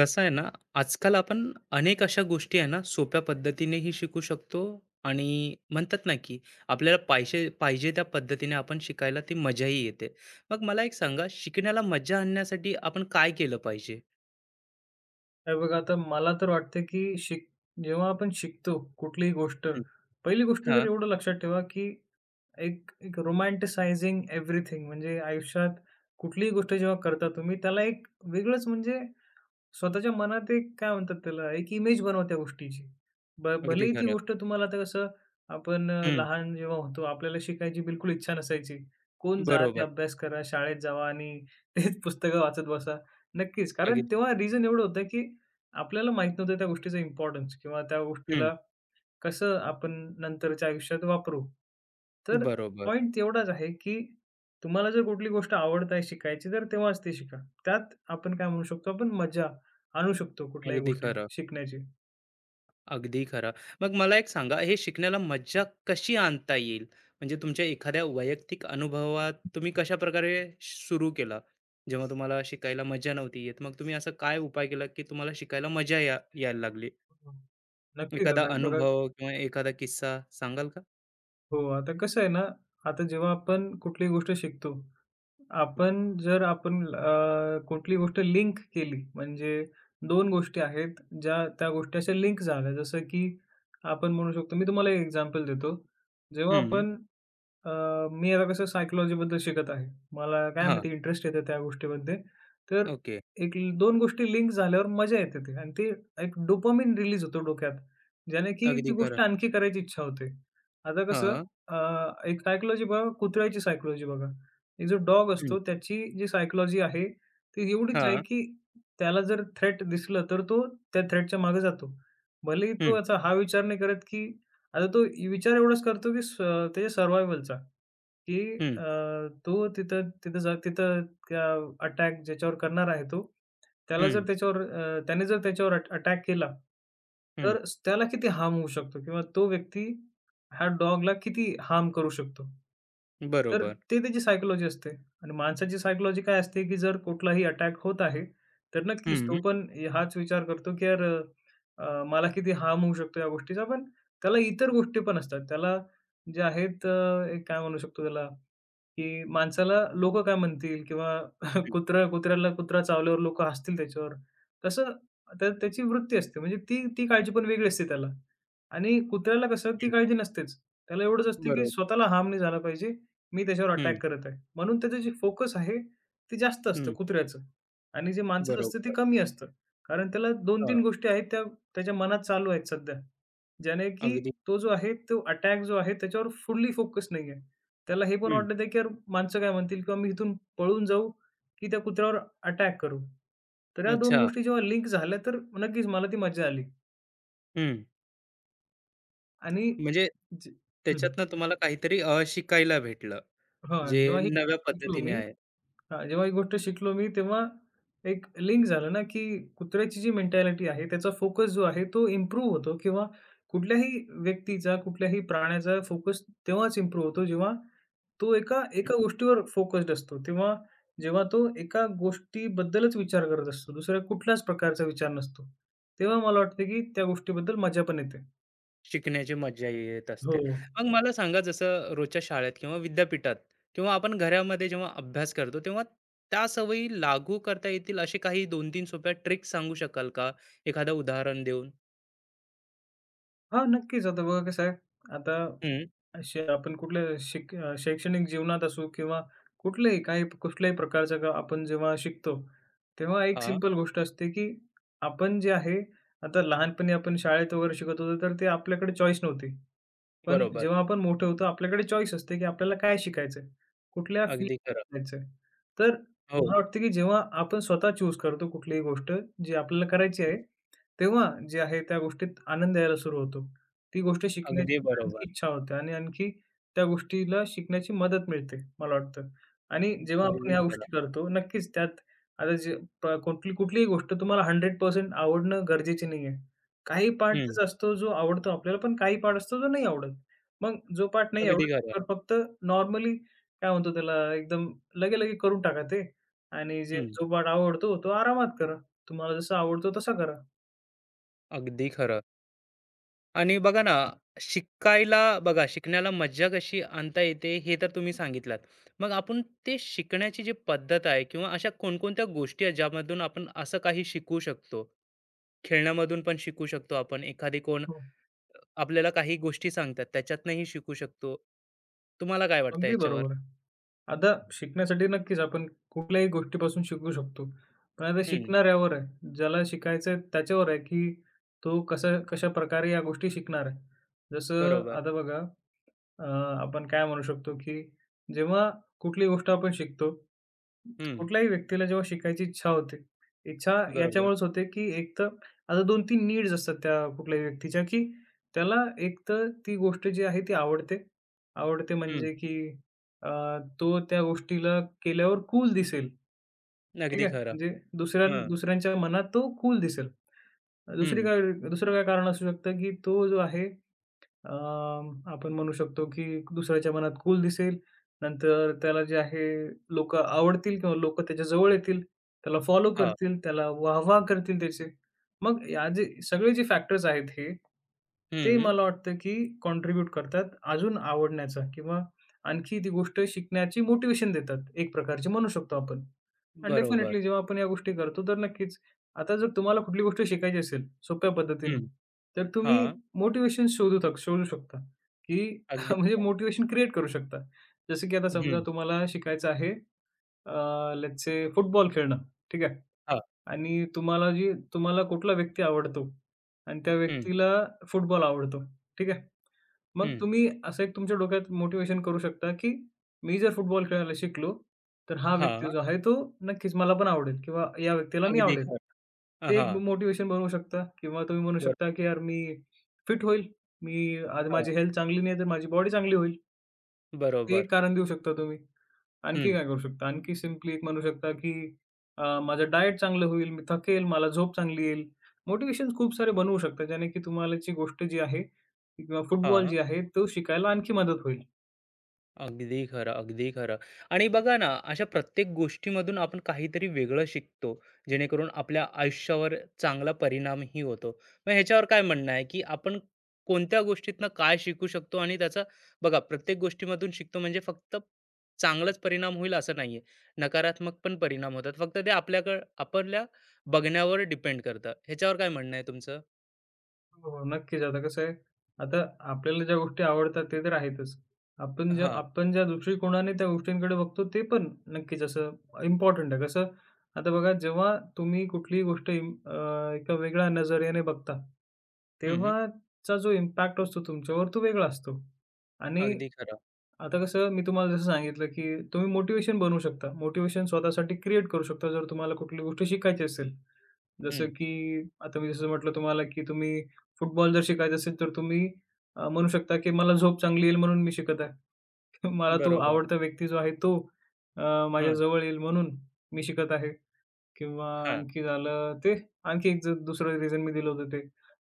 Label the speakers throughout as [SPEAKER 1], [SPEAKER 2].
[SPEAKER 1] कसं आहे ना, आजकाल आपण अनेक अशा गोष्टी आहे ना, सोप्या पद्धतीनेही शिकू शकतो आणि म्हणतात ना, की आपल्याला पाहिजे पाहिजे त्या पद्धतीने आपण शिकायला ती मजाही येते. मग मला एक सांगा, शिकण्याला मजा आणण्यासाठी आपण काय केलं पाहिजे?
[SPEAKER 2] हे बघा, आता मला तर वाटतं, की जेव्हा आपण शिकतो कुठलीही गोष्ट,
[SPEAKER 1] हं,
[SPEAKER 2] पहिली गोष्ट तर
[SPEAKER 1] हां,
[SPEAKER 2] एवढं लक्षात ठेवा, की एक एक रोमॅन्टिसायझिंग एव्हरीथिंग म्हणजे आयुष्यात कुठलीही गोष्ट जेव्हा करता तुम्ही, त्याला एक वेगळंच म्हणजे स्वतःच्या मनात एक काय म्हणतात त्याला, एक इमेज बनवा त्या गोष्टीची.
[SPEAKER 1] अगदी
[SPEAKER 2] भलेही ती
[SPEAKER 1] खरं.
[SPEAKER 2] गोष्ट तुम्हाला आता कसं आपण
[SPEAKER 1] हं,
[SPEAKER 2] लहान जेव्हा होतो, आपल्याला शिकायची बिलकुल इच्छा नसायची. कोण जा, ते
[SPEAKER 1] बरोबर.
[SPEAKER 2] अभ्यास करा, शाळेत जावा आणि तेच पुस्तकं वाचत बसा. नक्कीच, कारण
[SPEAKER 1] अगदी
[SPEAKER 2] तेव्हा रिझन एवढं होतं, की आपल्याला माहीत नव्हतं त्या गोष्टीचा इम्पोर्टन्स किंवा त्या
[SPEAKER 1] हं,
[SPEAKER 2] गोष्टीला कसं आपण नंतरच्या आयुष्यात वापरू. तर
[SPEAKER 1] बरोबर.
[SPEAKER 2] पॉइंट एवढाच आहे, की तुम्हाला जर कुठली गोष्ट आवडत आहे शिकायची, तर तेव्हाच ती शिका. त्यात आपण काय म्हणू शकतो, आपण मजा आणू शकतो कुठल्याही
[SPEAKER 1] अगदी
[SPEAKER 2] गोष्टीत
[SPEAKER 1] खरं.
[SPEAKER 2] शिकण्याची.
[SPEAKER 1] अगदी खरं. मग मला एक सांगा, हे शिकण्याला मज्जा कशी आणता येईल? म्हणजे तुमच्या एखाद्या वैयक्तिक अनुभवात तुम्ही कशाप्रकारे सुरू केला? जेव्हा तुम्हाला शिकायला मजा नव्हती येत, मग तुम्ही असा काय उपाय केला, की तुम्हाला शिकायला मजा यायला लागली?
[SPEAKER 2] हं. नक्कीच
[SPEAKER 1] एखादा
[SPEAKER 2] आता बघा
[SPEAKER 1] अनुभव किंवा एखादा किस्सा सांगाल का?
[SPEAKER 2] हो, आता कसं आहे ना, आता जेव्हा आपण कुठलीही गोष्ट शिकतो आपण जर कुठली गोष्ट लिंक केली म्हणजे दोन गोष्टी आहेत, ज्या त्या गोष्टी अशा लिंक झाल्या. जसं की आपण म्हणू शकतो मी तुम्हाला एक एक्झाम्पल देतो. जेव्हा
[SPEAKER 1] हं.
[SPEAKER 2] आपण अ, मी आता कसं सायकॉलॉजीबद्दल शिकत आहे. मला काय
[SPEAKER 1] हां.
[SPEAKER 2] माहिती इंटरेस्ट येतो त्या गोष्टीमध्ये. तर
[SPEAKER 1] ओके.
[SPEAKER 2] एक दोन गोष्टी लिंक झाल्यावर मजा येते ती आणि ते एक डोपामाइन रिलीज होतो डोक्यात, ज्याने की
[SPEAKER 1] अगदी
[SPEAKER 2] ती
[SPEAKER 1] खरं.
[SPEAKER 2] गोष्ट आणखी करायची इच्छा होते. आता कसं
[SPEAKER 1] हां.
[SPEAKER 2] अ, एक सायकॉलॉजी बघा, कुत्र्याची सायकॉलॉजी बघा. एक जो डॉग
[SPEAKER 1] हं.
[SPEAKER 2] असतो त्याची जी सायकॉलॉजी आहे, ती एवढीच आहे
[SPEAKER 1] हां.
[SPEAKER 2] की त्याला जर थ्रेट दिसलं, तर तो त्या थ्रेटच्या मागे जातो. भलेही तो
[SPEAKER 1] हं,
[SPEAKER 2] याचा हा विचार नाही करत की आता तो विचार एवढाच करतो की त्याच्या सर्व्हायव्हलचा. की
[SPEAKER 1] हं,
[SPEAKER 2] तो तिथं तिथं जा तिथं त्या अटॅक ज्याच्यावर करणार आहे तो, त्याला जर
[SPEAKER 1] हं,
[SPEAKER 2] त्याच्यावर त्याने जर त्याच्यावर अटॅक केला,
[SPEAKER 1] हं.
[SPEAKER 2] तर त्याला किती हार्म होऊ शकतो किंवा तो व्यक्ती ह्या डॉगला किती हार्म करू शकतो. तर
[SPEAKER 1] बरोबर.
[SPEAKER 2] ते त्याची सायकॉलॉजी असते आणि माणसाची सायकॉलॉजी काय असते, की जर कुठलाही अटॅक होत आहे, तर नक्कीच
[SPEAKER 1] हं, हं,
[SPEAKER 2] तो पण हाच विचार करतो, की यार मला किती हार्म होऊ शकतो या गोष्टीचा. पण त्याला इतर गोष्टी पण असतात. त्याला जे आहेत एक काय म्हणू शकतो त्याला की माणसाला लोकं काय म्हणतील किंवा कुत्रा चावल्यावर लोकं हसतील त्याच्यावर. तसं त्याची वृत्ती असते. म्हणजे ती ती काळजी पण वेगळी असते त्याला. आणि कुत्र्याला कसं ती
[SPEAKER 1] हं.
[SPEAKER 2] काळजी नसतेच. त्याला एवढंच असते की
[SPEAKER 1] बरोबर.
[SPEAKER 2] स्वतःला हार्म नाही झाला पाहिजे. मी त्याच्यावर
[SPEAKER 1] हं,
[SPEAKER 2] अटॅक करत आहे. म्हणून त्याचं जे फोकस आहे ते जास्त असतं
[SPEAKER 1] हं.
[SPEAKER 2] कुत्र्याचं आणि जे माणसाचं असतं ते
[SPEAKER 1] बरोबर.
[SPEAKER 2] कमी असतं. कारण त्याला
[SPEAKER 1] हां.
[SPEAKER 2] 2-3 गोष्टी आहेत त्या त्याच्या मनात चालू आहेत सध्या. ज्याने की
[SPEAKER 1] अगदी.
[SPEAKER 2] तो जो आहे तो अटॅक जो आहे त्याच्यावर फुल्ली फोकस नाहीये. त्याला हे पण वाटत आहे की यार माणसं काय म्हणतील किंवा मी इथून पळून जाऊ, की त्या कुत्र्यावर अटॅक करू. तर या दोन
[SPEAKER 1] अच्छा.
[SPEAKER 2] गोष्टी जेव्हा लिंक झाल्या तर नक्कीच मला ती मजा आली
[SPEAKER 1] हं.
[SPEAKER 2] आणि
[SPEAKER 1] म्हणजे
[SPEAKER 2] जे हं.
[SPEAKER 1] त्याच्यातनं तुम्हाला काहीतरी शिकायला भेटलं,
[SPEAKER 2] हां,
[SPEAKER 1] जे
[SPEAKER 2] जेव्हा हे
[SPEAKER 1] नव्या
[SPEAKER 2] शिकलो
[SPEAKER 1] पद्धतीने
[SPEAKER 2] मी
[SPEAKER 1] आहे.
[SPEAKER 2] हां, जेव्हा ही गोष्ट शिकलो मी तेव्हा एक लिंक झालं ना, की कुत्र्याची जी मेंटॅलिटी आहे त्याचा फोकस जो आहे तो इम्प्रूव्ह होतो किंवा कुठल्याही व्यक्तीचा, कुठल्याही प्राण्याचा फोकस तेव्हाच इम्प्रूव्ह होतो जेव्हा तो एका
[SPEAKER 1] हं.
[SPEAKER 2] एका गोष्टीवर फोकस्ड असतो तेव्हा जेव्हा तो एका गोष्टीबद्दलच विचार करत असतो, दुसऱ्या कुठल्याच प्रकारचा विचार नसतो. तेव्हा मला वाटतं की त्या गोष्टीबद्दल मजा पण येते.
[SPEAKER 1] शिकण्याची मज्जा येत
[SPEAKER 2] हो.
[SPEAKER 1] असते. मग मला सांगा जसं रोजच्या शाळेत किंवा विद्यापीठात किंवा आपण घरामध्ये जेव्हा अभ्यास करतो, तेव्हा त्या सवयी लागू करता येतील असे काही 2-3 सोप्या ट्रिक्स सांगू शकाल का? एखादं उदाहरण देऊन?
[SPEAKER 2] हां, नक्कीच. आता बघा कसं आहे,
[SPEAKER 1] हं.
[SPEAKER 2] आता आपण कुठल्या शैक्षणिक जीवनात असू किंवा कुठल्याही प्रकारचं का आपण जेव्हा शिकतो, तेव्हा एक
[SPEAKER 1] हां.
[SPEAKER 2] सिंपल गोष्ट असते की आपण जे आहे, आता लहानपणी आपण शाळेत वगैरे शिकत होतो, तर ते आपल्याकडे चॉईस नव्हती. पण
[SPEAKER 1] बरोबर.
[SPEAKER 2] जेव्हा आपण मोठे होतो, आपल्याकडे चॉईस असते, की आपल्याला काय शिकायचंय, कुठल्या
[SPEAKER 1] अगदी खरं.
[SPEAKER 2] फील्डमध्ये जायचंय. तर
[SPEAKER 1] हो.
[SPEAKER 2] मला वाटतं, की जेव्हा आपण स्वतः चूज करतो कुठलीही गोष्ट जी आपल्याला करायची आहे, तेव्हा जे आहे त्या गोष्टीत आनंद यायला सुरू होतो. ती गोष्ट
[SPEAKER 1] अगदी
[SPEAKER 2] शिकण्याची
[SPEAKER 1] बरोबर.
[SPEAKER 2] आणखी इच्छा होते आणि आणखी त्या गोष्टीला शिकण्याची मदत मिळते, मला वाटतं. आणि जेव्हा आपण
[SPEAKER 1] अगदी
[SPEAKER 2] ह्या
[SPEAKER 1] खरं.
[SPEAKER 2] गोष्टी करतो, नक्कीच त्यात आता जे कुठलीही गोष्ट तुम्हाला 100% आवडणं गरजेचे नाहीये. काही पार्ट
[SPEAKER 1] हं.
[SPEAKER 2] त्याचा असतो, जो आवडतो आपल्याला, पण काही पार्ट असतो, जो नाही आवडत. मग जो पार्ट नाही
[SPEAKER 1] अगदी
[SPEAKER 2] एवढा
[SPEAKER 1] खरं.
[SPEAKER 2] त्याच्यावर फक्त नॉर्मली काय म्हणतो त्याला एकदम लगे-लगे करून टाका ते आणि
[SPEAKER 1] हं.
[SPEAKER 2] जो पार्ट आवडतो तो आरामात करा. तुम्हाला जसा आवडतो तसा करा.
[SPEAKER 1] अगदी खरं. आणि बघा ना, शिकायला बघा, शिकण्याला मज्जा कशी आणता येते हे तर तुम्ही सांगितलात. मग आपण ते शिकण्याची जी पद्धत आहे किंवा अशा कोणकोणत्या गोष्टी आहेत ज्यामधून आपण असं काही शिकू शकतो? खेळण्यामधून पण शिकू शकतो आपण. एखादी कोण
[SPEAKER 2] हो,
[SPEAKER 1] आपल्याला काही गोष्टी सांगतात त्याच्यातनंही शिकू शकतो. तुम्हाला काय वाटतं
[SPEAKER 2] अगदी
[SPEAKER 1] याच्यावर?
[SPEAKER 2] बरोबर आहे. आता शिकण्यासाठी नक्कीच आपण कुठल्याही गोष्टीपासून शिकू शकतो. पण आता
[SPEAKER 1] हं,
[SPEAKER 2] शिकणाऱ्यावर आहे. ज्याला शिकायचं आहे त्याच्यावर आहे, की तो कशाप्रकारे या गोष्टी शिकणार आहे. जसं
[SPEAKER 1] बरोबर.
[SPEAKER 2] आता बघा अ, आपण काय म्हणू शकतो, की जेव्हा कुठली गोष्ट आपण शिकतो,
[SPEAKER 1] हं,
[SPEAKER 2] कुठल्याही व्यक्तीला जेव्हा शिकायची इच्छा होते, इच्छा
[SPEAKER 1] बरोबर.
[SPEAKER 2] याच्यामुळेच होते, की एक तर आता दोन 3 नीड्स असतात त्या कुठल्याही व्यक्तीच्या, की त्याला एक तर ती गोष्ट जी आहे ती आवडते. आवडते
[SPEAKER 1] हं,
[SPEAKER 2] म्हणजे की अ, तो त्या गोष्टीला केल्यावर कूल दिसेल. ठीक
[SPEAKER 1] अगदी
[SPEAKER 2] आहे.
[SPEAKER 1] खरं.
[SPEAKER 2] म्हणजे
[SPEAKER 1] हं,
[SPEAKER 2] दुसऱ्यांच्या मनात तो कूल दिसेल.
[SPEAKER 1] हं,
[SPEAKER 2] दुसरी काय दुसरं काय कारण असू शकतं, की तो जो आहे आपण म्हणू शकतो की दुसऱ्याच्या मनात कूल दिसेल. नंतर त्याला जे आहे लोकं आवडतील किंवा लोकं त्याच्याजवळ येतील, त्याला फॉलो
[SPEAKER 1] हां,
[SPEAKER 2] करतील, त्याला वाह करतील त्याचे. मग या जे सगळे फॅक्टर्स आहेत हे, ते
[SPEAKER 1] हं,
[SPEAKER 2] मला वाटतं की कॉन्ट्रिब्यूट करतात अजून आवडण्याचा किंवा आणखी ती गोष्ट शिकण्याची मोटिव्हेशन देतात, एक प्रकारची म्हणू शकतो आपण. आणि
[SPEAKER 1] बरोबर.
[SPEAKER 2] डेफिनेटली जेव्हा आपण या गोष्टी करतो तर नक्कीच. आता जर तुम्हाला कुठली गोष्ट शिकायची असेल सोप्या पद्धतीने,
[SPEAKER 1] हं,
[SPEAKER 2] तर तुम्ही
[SPEAKER 1] हां,
[SPEAKER 2] मोटिव्हेशन शोधू शकता, की
[SPEAKER 1] अगदी.
[SPEAKER 2] म्हणजे मोटिव्हेशन क्रिएट करू शकता. जसं की आता समजा
[SPEAKER 1] हं,
[SPEAKER 2] तुम्हाला शिकायचं आहे लेट्स से फुटबॉल खेळणं, ठीक आहे.
[SPEAKER 1] हां,
[SPEAKER 2] आणि तुम्हाला कुठला व्यक्ती आवडतो आणि त्या
[SPEAKER 1] हं.
[SPEAKER 2] व्यक्तीला फुटबॉल आवडतो, ठीक आहे. मग
[SPEAKER 1] हं.
[SPEAKER 2] तुम्ही असं एक तुमच्या डोक्यात मोटिव्हेशन करू शकता, की मी जर फुटबॉल खेळायला शिकलो, तर हा
[SPEAKER 1] हां,
[SPEAKER 2] व्यक्ती जो आहे तो नक्कीच मला पण आवडेल किंवा या व्यक्तीला मी
[SPEAKER 1] अगदी
[SPEAKER 2] आवडेल.
[SPEAKER 1] खरं.
[SPEAKER 2] ते एक
[SPEAKER 1] हां,
[SPEAKER 2] मोटिवेशन बनवू शकता किंवा तुम्ही म्हणू
[SPEAKER 1] बरं.
[SPEAKER 2] शकता, की यार मी फिट होईल. मी आज
[SPEAKER 1] हां,
[SPEAKER 2] माझी हेल्थ चांगली नाही, तर माझी बॉडी चांगली होईल. ते एक
[SPEAKER 1] बरोबर.
[SPEAKER 2] कारण देऊ शकता तुम्ही. आणखी
[SPEAKER 1] हं.
[SPEAKER 2] काय करू शकता? आणखी सिम्पली एक म्हणू शकता, की माझं डाएट चांगलं होईल, मी थकेल, मला झोप चांगली येईल. मोटिव्हेशन्स खूप सारे बनवू शकता, ज्याने की तुम्हाला जी गोष्ट जी आहे किंवा फुटबॉल
[SPEAKER 1] हां,
[SPEAKER 2] जी आहे, तो शिकायला आणखी मदत होईल.
[SPEAKER 1] अगदी खरं, अगदी खरं. आणि बघा ना, अशा प्रत्येक गोष्टीमधून आपण काहीतरी वेगळं शिकतो, जेणेकरून आपल्या आयुष्यावर चांगला परिणामही होतो. मग ह्याच्यावर काय म्हणणं आहे, की आपण कोणत्या गोष्टीतनं काय शिकू शकतो आणि त्याचा बघा प्रत्येक गोष्टीमधून शिकतो म्हणजे फक्त चांगलाच परिणाम होईल असं नाहीये. नकारात्मक पण परिणाम होतात. फक्त ते आपल्याकडं आपल्या बघण्यावर डिपेंड करतं. ह्याच्यावर काय म्हणणं आहे तुमचं?
[SPEAKER 2] हो, हो. नक्कीच. आता कसं आहे, आता आपल्याला ज्या गोष्टी आवडतात ते तर आहेतच.
[SPEAKER 1] हां.
[SPEAKER 2] आपण ज्या दृष्टिकोनाने त्या गोष्टींकडे बघतो ते पण नक्कीच असं इम्पॉर्टंट आहे. कसं आता बघा जेव्हा तुम्ही कुठलीही गोष्ट एका वेगळ्या नजरेने बघता,
[SPEAKER 1] हं,
[SPEAKER 2] तेव्हाचा जो इम्पॅक्ट असतो तुमच्यावर तो वेगळा असतो. आणि
[SPEAKER 1] अगदी खरं.
[SPEAKER 2] आता कसं मी तुम्हाला जसं सांगितलं, की तुम्ही मोटिव्हेशन बनवू शकता. मोटिव्हेशन स्वतःसाठी क्रिएट करू शकता जर तुम्हाला कुठली गोष्ट शिकायची असेल. जसं
[SPEAKER 1] हं,
[SPEAKER 2] की आता मी जसं म्हटलं तुम्हाला, की तुम्ही फुटबॉल जर शिकायचा असेल, तर तुम्ही म्हणू शकता, की मला झोप चांगली येईल म्हणून मी शिकत आहे. मला तो
[SPEAKER 1] बरोबर.
[SPEAKER 2] आवडता व्यक्ती जो आहे तो अ, माझ्या
[SPEAKER 1] हं,
[SPEAKER 2] जवळ येईल म्हणून मी शिकत आहे किंवा
[SPEAKER 1] हां,
[SPEAKER 2] आणखी झालं ते आणखी एक दुसरं रिझन मी दिलं होतं ते.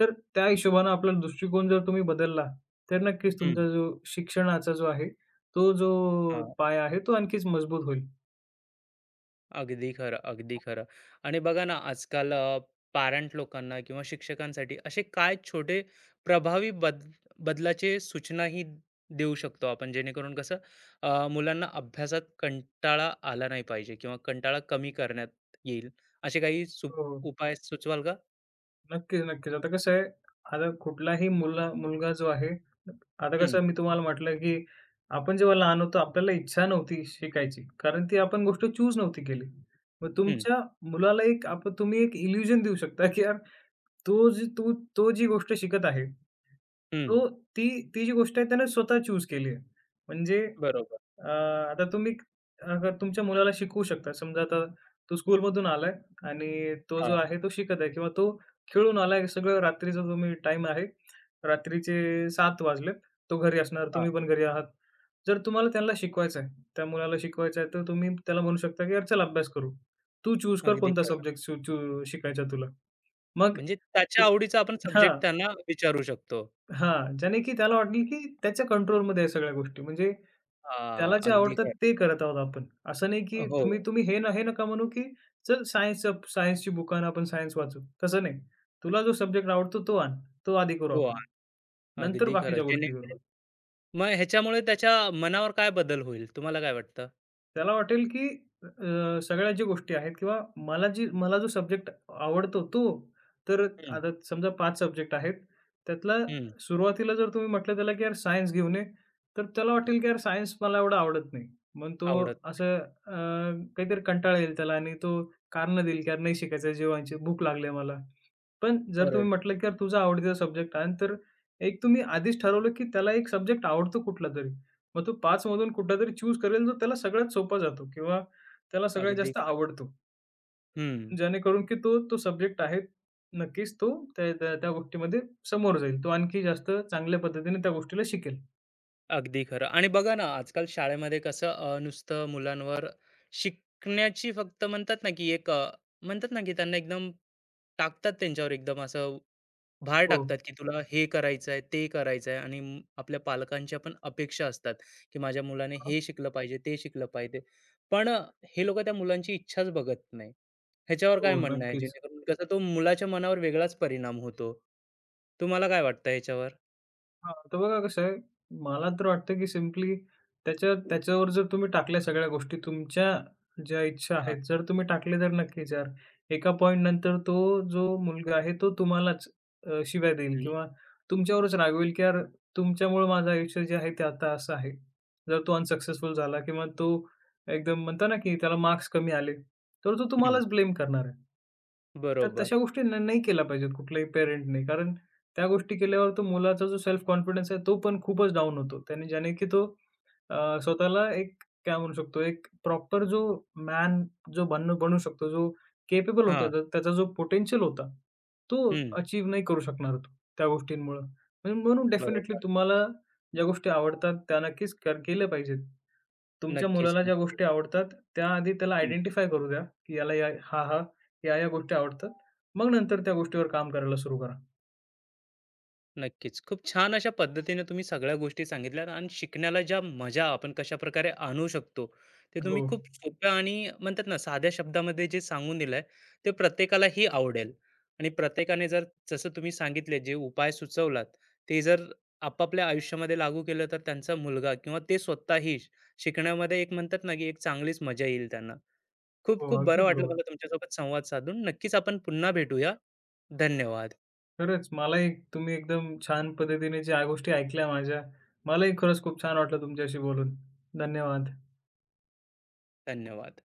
[SPEAKER 2] तर त्या हिशोबानं आपला दृष्टिकोन जर तुम्ही बदलला, तर नक्कीच
[SPEAKER 1] हं,
[SPEAKER 2] तुमचा जो शिक्षणाचा जो आहे, तो जो
[SPEAKER 1] हां.
[SPEAKER 2] पाया आहे तो आणखीच मजबूत होईल.
[SPEAKER 1] अगदी खरं, अगदी खरं. आणि बघा ना, आजकाल पॅरेंट लोकांना किंवा शिक्षकांसाठी असे काय छोटे प्रभावी बदलाचे सूचनाही देऊ शकतो आपण, जेणेकरून कसं मुलांना अभ्यासात कंटाळा आला नाही पाहिजे किंवा कंटाळा कमी करण्यात येईल, असे काही
[SPEAKER 2] हो,
[SPEAKER 1] उपाय सुचवाल का?
[SPEAKER 2] नक्कीच, नक्कीच. आता कसं आहे, आता कुठलाही मुलगा जो आहे आता
[SPEAKER 1] हं,
[SPEAKER 2] कसं मी तुम्हाला म्हटलं, की आपण जेव्हा लहान होतो आपल्याला इच्छा नव्हती शिकायची. कारण ती आपण गोष्ट चूज नव्हती केली. मग
[SPEAKER 1] हं,
[SPEAKER 2] तुमच्या मुलाला एक आपण तुम्ही एक इल्युजन देऊ शकता, की यार तो जी तू तो जी गोष्ट शिकत आहे,
[SPEAKER 1] हं.
[SPEAKER 2] तो ती ती जी गोष्ट आहे त्याने स्वतः चूज केली आहे. म्हणजे
[SPEAKER 1] बरोबर.
[SPEAKER 2] अ, आता तुम्ही तुमच्या मुलाला शिकवू शकता. समजा आता तो स्कूलमधून आलाय आणि तो
[SPEAKER 1] हां,
[SPEAKER 2] जो आहे तो शिकत आहे किंवा तो खेळून आलाय. सगळं रात्रीचा तुम्ही टाईम आहे. रात्रीचे 7:00 वाजले. तो घरी असणार,
[SPEAKER 1] हां.
[SPEAKER 2] तुम्ही पण घरी आहात. जर तुम्हाला त्याला शिकवायचं आहे, त्या मुलाला शिकवायचं आहे, तर तुम्ही त्याला म्हणू शकता की "यार चल अभ्यास करू. तू चूज कर
[SPEAKER 1] अगदी
[SPEAKER 2] कोणता
[SPEAKER 1] खरं.
[SPEAKER 2] सब्जेक्ट शिकायचा तुला." मग
[SPEAKER 1] म्हणजे त्याच्या
[SPEAKER 2] तो
[SPEAKER 1] आवडीचा आपण
[SPEAKER 2] हां.
[SPEAKER 1] सब्जेक्ट त्यांना विचारू शकतो.
[SPEAKER 2] हां, ज्याने की त्याला वाटेल की त्याच्या कंट्रोलमध्ये आहे सगळ्या गोष्टी. म्हणजे
[SPEAKER 1] हां,
[SPEAKER 2] त्याला जे
[SPEAKER 1] अगदी
[SPEAKER 2] आवडतात
[SPEAKER 1] खरं.
[SPEAKER 2] ते करत आहोत आपण. असं नाही की
[SPEAKER 1] हो,
[SPEAKER 2] तुम्ही तुम्ही हे न हे नका म्हणू की चल सायन्सची बुक आण, आपण सायन्स वाचू. तसं नाही. तुला जो सब्जेक्ट आवडतो तो आण. तो आधी करू
[SPEAKER 1] हो.
[SPEAKER 2] आपण. नंतर
[SPEAKER 1] अगदी खरं.
[SPEAKER 2] बाकीच्या गोष्टी करू.
[SPEAKER 1] जेणेकरून मग ह्याच्यामुळे त्याच्या मनावर काय बदल होईल? तुम्हाला काय वाटतं?
[SPEAKER 2] त्याला वाटेल की सगळ्या ज्या गोष्टी आहेत किंवा मला जो सब्जेक्ट आवडतो तो, तर
[SPEAKER 1] हं,
[SPEAKER 2] आता समजा पाच सब्जेक्ट आहेत. त्यातला
[SPEAKER 1] हं,
[SPEAKER 2] सुरुवातीला जर तुम्ही म्हटलं त्याला की यार सायन्स घेऊन ये, तर त्याला
[SPEAKER 1] हं.
[SPEAKER 2] वाटेल की यार सायन्स मला एवढं आवडत नाही. मग
[SPEAKER 1] आवडत
[SPEAKER 2] तो
[SPEAKER 1] नाही.
[SPEAKER 2] असं काहीतरी कंटाळा येईल त्याला आणि तो कारणं देईल की यार नाही शिकायचं जेवायची भूक लागली मला. पण जर
[SPEAKER 1] बरोबर.
[SPEAKER 2] तुम्ही म्हटलं की यार तुझा आवडीचा सब्जेक्ट आहे, तर एक तुम्ही आधीच ठरवलं की त्याला एक सब्जेक्ट आवडतो कुठलातरी. मग तो 5 मधून कुठलातरी चूज करेल, जो त्याला सगळ्यात सोपा जातो किंवा त्याला सगळ्यात
[SPEAKER 1] अगदी
[SPEAKER 2] जास्त
[SPEAKER 1] खरं.
[SPEAKER 2] आवडतो.
[SPEAKER 1] हं.
[SPEAKER 2] जेणेकरून की तो, तो सब्जेक्ट आहे, नक्कीच तो त्या त्या त्या गोष्टीमध्ये समोर जाईल. तो आणखी जास्त चांगल्या पद्धतीने त्या गोष्टीला शिकेल.
[SPEAKER 1] अगदी खरं. आणि बघा ना, आजकाल शाळेमध्ये कसं नुसतं मुलांवर शिकण्याची फक्त म्हणतात ना, की एक म्हणतात ना, की त्यांना एकदम टाकतात त्यांच्यावर एकदम असं भार
[SPEAKER 2] हो.
[SPEAKER 1] टाकतात, की तुला हे करायचं आहे, ते करायचं आहे आणि आपल्या पालकांच्या पण अपेक्षा असतात, की माझ्या मुलाने
[SPEAKER 2] हां.
[SPEAKER 1] हे शिकलं पाहिजे, ते शिकलं पाहिजे. पण हे लोकं त्या मुलांची इच्छाच बघत नाही. ह्याच्यावर
[SPEAKER 2] हो,
[SPEAKER 1] काय म्हणणं आहे?
[SPEAKER 2] नक्कीच.
[SPEAKER 1] जेणेकरून कसं तो मुलाच्या मनावर वेगळाच परिणाम होतो. तुम्हाला काय वाटतं ह्याच्यावर?
[SPEAKER 2] हां, तर बघा कसं आहे, मला तर वाटतं की सिम्पली त्याच्यावर जर तुम्ही टाकल्या सगळ्या गोष्टी, तुमच्या ज्या इच्छा
[SPEAKER 1] हां.
[SPEAKER 2] आहेत, जर तुम्ही टाकले तर नक्कीच यार, एका पॉइंटनंतर तो जो मुलगा आहे तो तुम्हालाच शिव्या देईल
[SPEAKER 1] हं,
[SPEAKER 2] किंवा तुमच्यावरच रागवेल की यार तुमच्यामुळं माझं आयुष्य जे आहे ते आता असं आहे. जर तो अनसक्सेसफुल झाला किंवा तो एकदम म्हणता ना की त्याला मार्क्स कमी आले, तर तो
[SPEAKER 1] हं.
[SPEAKER 2] तुम्हालाच ब्लेम करणार आहे. तर
[SPEAKER 1] बरोबर.
[SPEAKER 2] तशा गोष्टी नाही केल्या पाहिजेत कुठल्याही पेरेंटने. कारण त्या गोष्टी केल्यावर तो मुलाचा जो सेल्फ कॉन्फिडन्स आहे तो पण खूपच डाऊन होतो. त्याने ज्याने की तो स्वतःला एक काय म्हणू शकतो, एक प्रॉपर जो मॅन जो बनू बनू शकतो, जो केपेबल होता,
[SPEAKER 1] हां.
[SPEAKER 2] त्या त्याचा जो पोटेन्शियल होता, तो
[SPEAKER 1] हं.
[SPEAKER 2] अचीव नाही करू शकणार तो त्या गोष्टींमुळं. म्हणजे म्हणून डेफिनेटली
[SPEAKER 1] बरोबर.
[SPEAKER 2] तुम्हाला ज्या गोष्टी आवडतात, त्या नक्कीच केल्या पाहिजेत. तुमच्या
[SPEAKER 1] नक्कीच,
[SPEAKER 2] मुलाला ज्या
[SPEAKER 1] नक्की.
[SPEAKER 2] गोष्टी आवडतात, त्या आधी त्याला आयडेंटिफाय करू द्या, की याला हा, या, या गोष्टी आवडतात. मग नंतर त्या गोष्टीवर काम करायला सुरू करा.
[SPEAKER 1] नक्कीच. खूप छान अशा पद्धतीने तुम्ही सगळ्या गोष्टी सांगितल्यात आणि शिकण्याला ज्या मजा आपण कशाप्रकारे आणू शकतो, ते तुम्ही
[SPEAKER 2] हो.
[SPEAKER 1] खूप सोप्या आणि म्हणतात ना, साध्या शब्दामध्ये जे सांगून दिलंय, ते प्रत्येकालाही आवडेल आणि प्रत्येकाने जर जसं तुम्ही सांगितले, जे उपाय सुचवलात, ते जर आपापल्या आयुष्यामध्ये लागू केलं, तर त्यांचा मुलगा किंवा ते स्वतःही शिकण्यामध्ये एक म्हणतात ना, की एक चांगलीच मजा येईल त्यांना. खूप
[SPEAKER 2] हो,
[SPEAKER 1] खूप
[SPEAKER 2] अगदी
[SPEAKER 1] बरं वाटलं
[SPEAKER 2] बरोबर.
[SPEAKER 1] मला तुमच्यासोबत संवाद साधून. नक्कीच आपण पुन्हा भेटूया. धन्यवाद,
[SPEAKER 2] खरंच मलाही तुम्ही एकदम छान पद्धतीने ज्या गोष्टी ऐकल्या माझ्या, मलाही खरंच खूप छान वाटलं तुमच्याशी बोलून. धन्यवाद.
[SPEAKER 1] धन्यवाद.